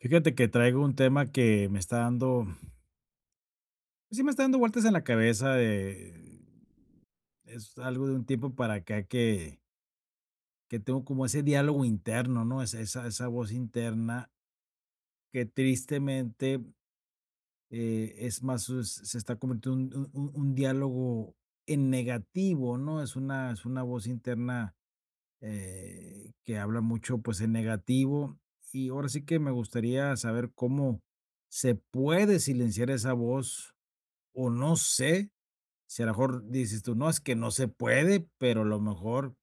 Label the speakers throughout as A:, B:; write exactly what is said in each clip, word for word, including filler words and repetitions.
A: Fíjate que traigo un tema que me está dando, pues sí me está dando vueltas en la cabeza de, es algo de un tiempo para acá que, que tengo como ese diálogo interno, ¿no? Es, esa, esa voz interna que tristemente eh, es más, es- se está convirtiendo en un, un- un diálogo en negativo, ¿no? Es una, es una voz interna, eh, que habla mucho, pues, en negativo, y ahora sí que me gustaría saber cómo se puede silenciar esa voz. O no sé, si a lo mejor dices tú: "No, es que no se puede", pero a lo mejor,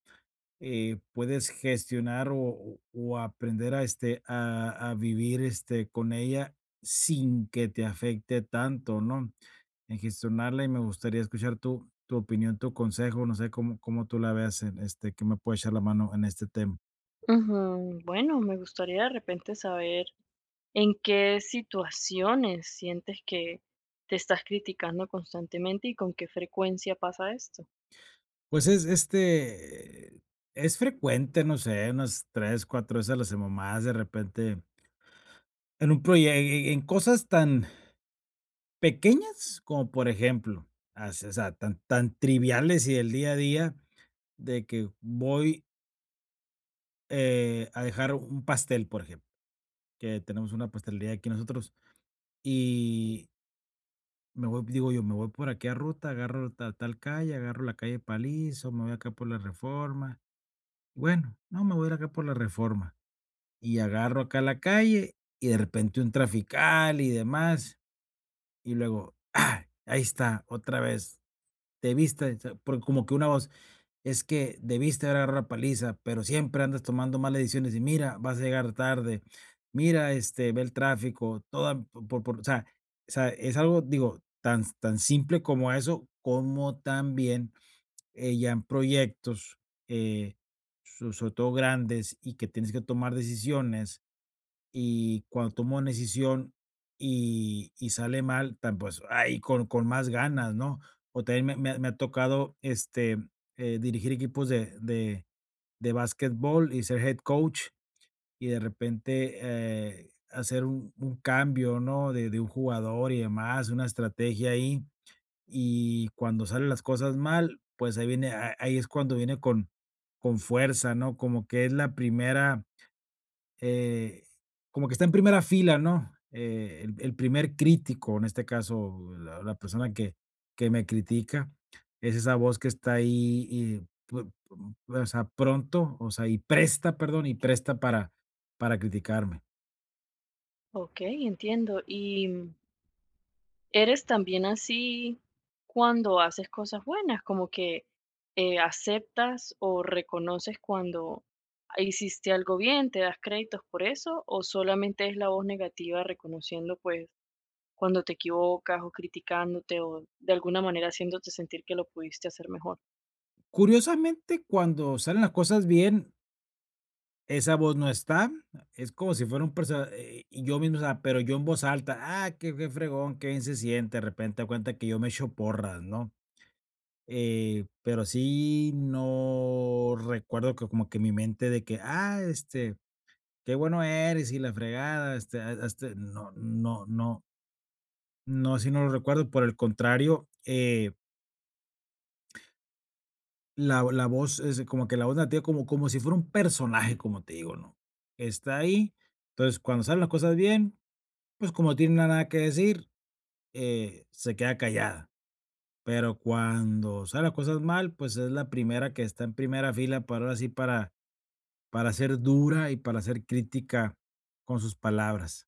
A: eh, puedes gestionar o o o aprender a, este, a a vivir, este, con ella sin que te afecte tanto, ¿no? En gestionarla. Y me gustaría escuchar tu tu opinión, tu consejo, no sé cómo cómo tú la veas en, este, que me pueda echar la mano en este tema.
B: Ujú, bueno, me gustaría de repente saber en qué situaciones sientes que te estás criticando constantemente y con qué frecuencia pasa esto.
A: Pues es, este, eh, es frecuente, no sé, unas tres cuatro veces a la semana, más de repente, en un proyecto, en cosas tan pequeñas, como por ejemplo, as o sea, tan tan triviales y del día a día, de que voy, eh, a dejar un pastel, por ejemplo, que tenemos una pastelería aquí nosotros, y me voy, digo yo, me voy por aquí a ruta, agarro ta tal calle, agarro la calle palizo, me voy acá por la Reforma. Bueno, no, me voy a ir acá por la Reforma, y agarro acá la calle, y de repente un trafical y demás, y luego, ¡ay!, ahí está, otra vez, te viste, o sea, por como que una voz, es que debiste haber agarrado la paliza, pero siempre andas tomando malas decisiones y mira, vas a llegar tarde, mira, este, ve el tráfico, toda por por, por- o sea, o sea, es algo, digo, tan tan simple como eso, como también, eh, ya en proyectos, eh, so sobre todo grandes y que tienes que tomar decisiones, y cuando tomo una decisión y y sale mal, tan pues, ay, con con más ganas, ¿no? O también me me ha me ha tocado, este, eh, dirigir equipos de de de básquetbol y ser head coach, y de repente, eh, hacer un un cambio, ¿no? De de un jugador y demás, una estrategia ahí, y cuando salen las cosas mal, pues ahí viene a ahí es cuando viene con con fuerza, ¿no? Como que es la primera, eh, como que está en primera fila, ¿no? Eh, el el primer crítico, en este caso, la la persona que que me critica, es esa voz que está ahí y, pu pu o sea, pronto, o sea, y presta, perdón, y presta para para criticarme.
B: Ok, entiendo. ¿Y mm, eres también así cuando haces cosas buenas, como que eh, aceptas o reconoces cuando hiciste algo bien, te das créditos por eso, o solamente es la voz negativa reconociendo pues cuando te equivocas o criticándote o de alguna manera haciéndote sentir que lo pudiste hacer mejor?
A: Curiosamente, cuando salen las cosas bien, esa voz no está, es como si fuera un perso eh, y yo mismo, o sea, pero yo en voz alta, ah, qué qué fregón, qué bien se siente, de repente da cuenta que yo me echo porras, ¿no? Eh, pero sí no recuerdo que como que mi mente de que, ah, este, qué bueno eres y la fregada, este, a- este, no, no, no, no, sí no lo recuerdo. Por el contrario, eh, la, la voz es como que la voz nativa, como, como si fuera un personaje, como te digo, ¿no? Está ahí. Entonces, cuando salen las cosas bien, pues como no tiene nada que decir, eh, se queda callada. Pero cuando salen las cosas mal, pues es la primera que está en primera fila para ahora sí para para ser dura y para ser crítica con sus palabras.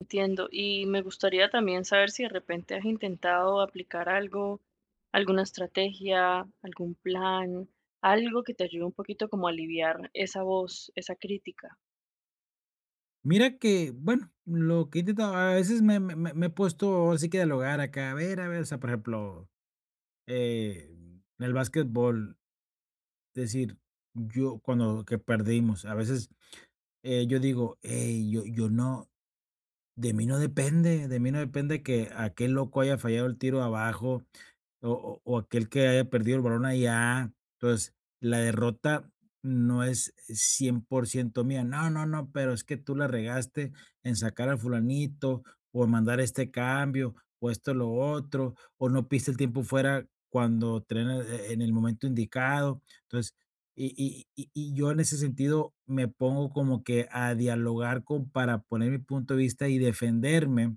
B: Entiendo. Y me gustaría también saber si de repente has intentado aplicar algo, alguna estrategia, algún plan, algo que te ayude un poquito como a aliviar esa voz, esa crítica.
A: Mira que, bueno, lo que he intentado, a veces me, me, me- me he puesto ahora sí que a dialogar acá, a ver, a ver, o sea, por ejemplo, eh, en el básquetbol, decir, yo cuando que perdimos, a veces eh, yo digo: "Ey, yo, yo no, de mí no depende, de mí no depende que aquel loco haya fallado el tiro abajo, O o o aquel que haya perdido el balón allá." Entonces, la derrota no es cien por ciento mía. No, no, no, pero es que tú la regaste en sacar al fulanito, o en mandar este cambio, o esto, lo otro, o no piste el tiempo fuera cuando traen, eh, en el momento indicado. Entonces, y y y y yo en ese sentido me pongo como que a dialogar con, para poner mi punto de vista y defenderme.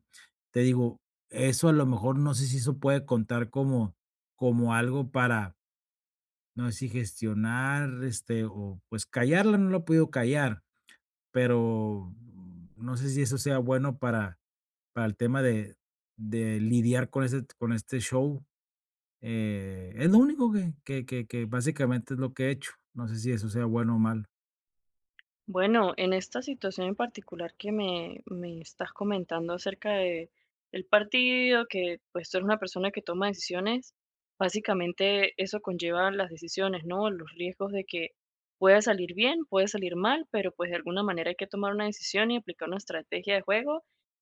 A: Te digo, eso a lo mejor no sé si eso puede contar como como algo para, no sé, si gestionar, este, o pues callarla. No lo he podido callar, pero mm, no sé si eso sea bueno para, para el tema de, de lidiar con, ese, con este show. Eh, es lo único que, que, que, que básicamente es lo que he hecho. No sé si eso sea bueno o mal.
B: Bueno, en esta situación en particular que me, me estás comentando acerca de el partido, que pues tú eres una persona que toma decisiones, básicamente eso conlleva las decisiones, ¿no? Los riesgos de que pueda salir bien, puede salir mal, pero pues de alguna manera hay que tomar una decisión y aplicar una estrategia de juego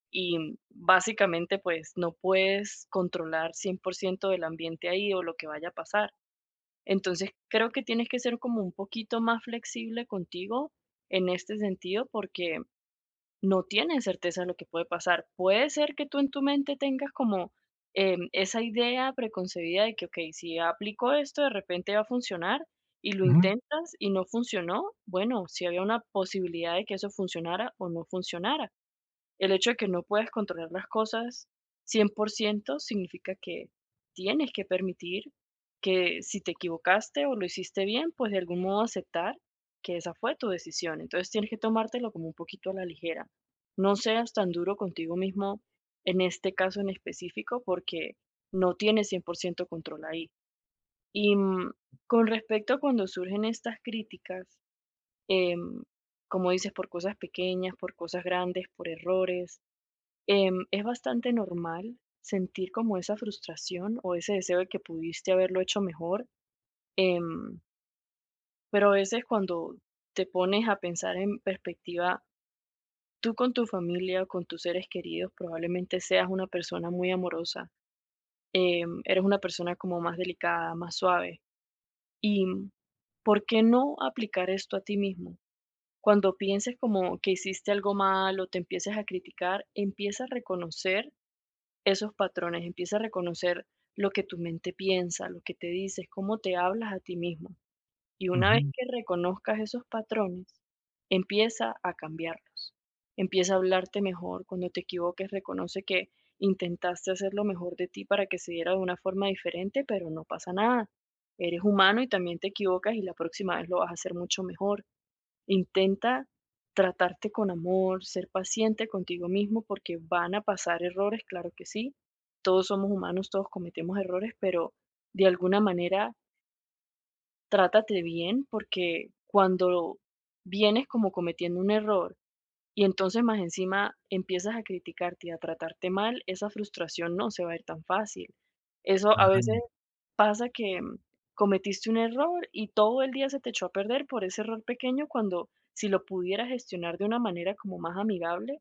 B: y básicamente pues no puedes controlar cien por ciento del ambiente ahí o lo que vaya a pasar. Entonces, creo que tienes que ser como un poquito más flexible contigo en este sentido porque no tienes certeza de lo que puede pasar. Puede ser que tú en tu mente tengas como em, esa idea preconcebida de que, ok, si aplico esto, de repente va a funcionar y lo
A: Ujú,
B: intentas y no funcionó. Bueno, si había una posibilidad de que eso funcionara o no funcionara. El hecho de que no puedas controlar las cosas cien por ciento significa que tienes que permitir que si te equivocaste o lo hiciste bien, pues de algún modo aceptar que esa fue tu decisión. Entonces tienes que tomártelo como un poquito a la ligera. No seas tan duro contigo mismo en este caso en específico porque no tienes cien por ciento control ahí. Y mm, con respecto a cuando surgen estas críticas, em, como dices, por cosas pequeñas, por cosas grandes, por errores. Em, es bastante normal sentir como esa frustración o ese deseo de que pudiste haberlo hecho mejor, em, pero a veces cuando te pones a pensar en perspectiva, tú con tu familia, con tus seres queridos, probablemente seas una persona muy amorosa, em, eres una persona como más delicada, más suave. ¿Y por qué no aplicar esto a ti mismo? Cuando pienses como que hiciste algo mal o te empieces a criticar, empieza a reconocer esos patrones, empieza a reconocer lo que tu mente piensa, lo que te dices, cómo te hablas a ti mismo. Y una vez
A: ujú,
B: que reconozcas esos patrones, empieza a cambiarlos. Empieza a hablarte mejor. Cuando te equivoques, reconoce que intentaste hacer lo mejor de ti para que se diera de una forma diferente, pero no pasa nada. Eres humano y también te equivocas y la próxima vez lo vas a hacer mucho mejor. Intenta tratarte con amor, ser paciente contigo mismo porque van a pasar errores, claro que sí. Todos somos humanos, todos cometemos errores, pero de alguna manera trátate bien porque cuando vienes como cometiendo un error y entonces más encima empiezas a criticarte y a tratarte mal, esa frustración no se va a ir tan fácil. Eso a
A: claro,
B: veces pasa, que mm, cometiste un error y todo el día se te echó a perder por ese error pequeño cuando, si lo pudieras gestionar de una manera como más amigable,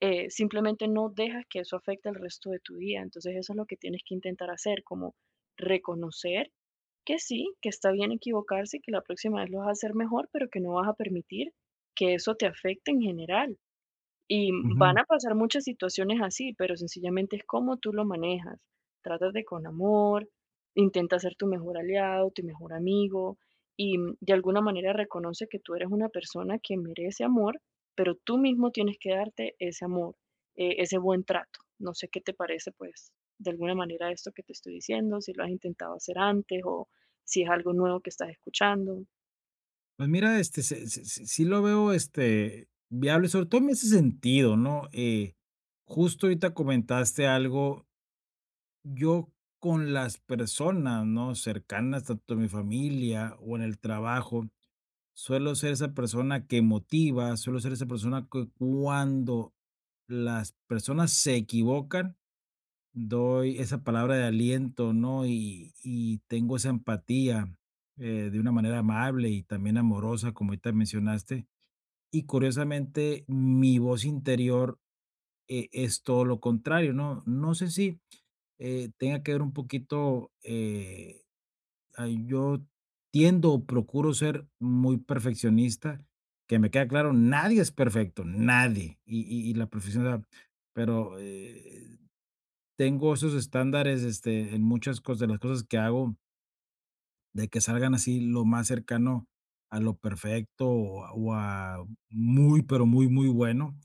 B: eh, simplemente no dejas que eso afecte el resto de tu día. Entonces eso es lo que tienes que intentar hacer, como reconocer que sí, que está bien equivocarse y que la próxima vez lo vas a hacer mejor, pero que no vas a permitir que eso te afecte en general. Y
A: ujú.
B: van a pasar muchas situaciones así, pero sencillamente es cómo tú lo manejas. Trátate con amor, intenta ser tu mejor aliado, tu mejor amigo, y mm, de alguna manera reconoce que tú eres una persona que merece amor, pero tú mismo tienes que darte ese amor, eh, ese buen trato. No sé qué te parece, pues, de alguna manera, esto que te estoy diciendo, si lo has intentado hacer antes o si es algo nuevo que estás escuchando.
A: Pues mira, este, se- se- se- sí lo veo, este, viable, sobre todo en ese sentido, ¿no? Eh, justo ahorita comentaste algo. Yo, con las personas, ¿no?, cercanas, tanto en mi familia o en el trabajo, suelo ser esa persona que motiva, suelo ser esa persona que cuando las personas se equivocan, doy esa palabra de aliento, ¿no?, y y tengo esa empatía, eh, de una manera amable y también amorosa, como ahorita mencionaste. Y curiosamente, mi voz interior, eh, es todo lo contrario, ¿no? No sé si eh, tenga que ver un poquito, eh, ah, yo tiendo o procuro ser muy perfeccionista, que me queda claro, nadie es perfecto, nadie, y y y la perfección, o sea, pero, eh, tengo esos estándares, este, en muchas cosas, de las cosas que hago, de que salgan así lo más cercano a lo perfecto, o a o a muy, pero muy, muy bueno.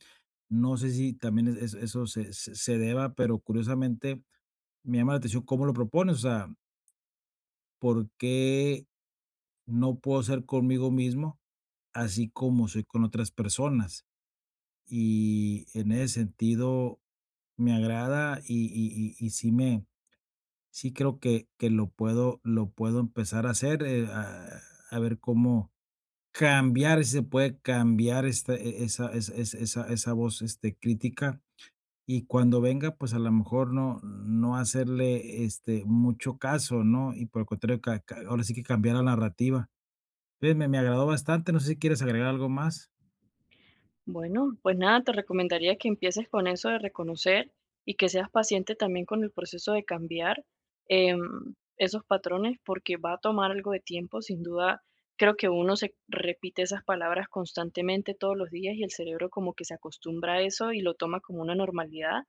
A: No sé si también es es eso se se se deba, pero curiosamente me llama la atención cómo lo propones, o sea, por qué no puedo ser conmigo mismo, así como soy con otras personas. Y en ese sentido me agrada, y y y y sí me, sí creo que que lo puedo lo puedo empezar a hacer, eh, a a ver cómo cambiar, si se puede cambiar esta e esa esa esa esa esa voz, este, crítica, y cuando venga, pues, a lo mejor no no hacerle, este, mucho caso, ¿no? Y por el contrario, ca ca ahora sí que cambiar la narrativa. Oye, me me agradó bastante, no sé si quieres agregar algo más.
B: Bueno, pues nada, te recomendaría que empieces con eso de reconocer y que seas paciente también con el proceso de cambiar em, esos patrones porque va a tomar algo de tiempo. Sin duda, creo que uno se repite esas palabras constantemente todos los días y el cerebro como que se acostumbra a eso y lo toma como una normalidad.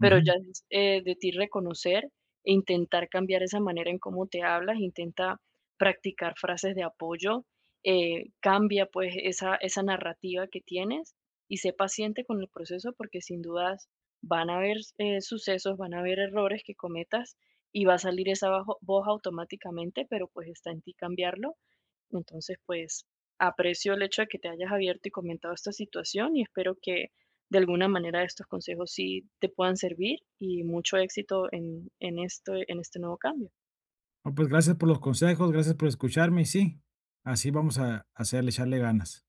B: Pero
A: Ujú.
B: ya es, eh, de ti reconocer e intentar cambiar esa manera en cómo te hablas. Intenta practicar frases de apoyo, eh, cambia pues esa, esa narrativa que tienes y sé paciente con el proceso porque sin dudas van a haber eh, sucesos, van a haber errores que cometas y va a salir esa bajo- voz automáticamente, pero pues está en ti cambiarlo. Entonces, pues aprecio el hecho de que te hayas abierto y comentado esta situación y espero que de alguna manera estos consejos sí te puedan servir. Y mucho éxito en, en, esto, en este nuevo cambio.
A: No, pues gracias por los consejos, gracias por escucharme, y sí, así vamos a hacerle, echarle ganas.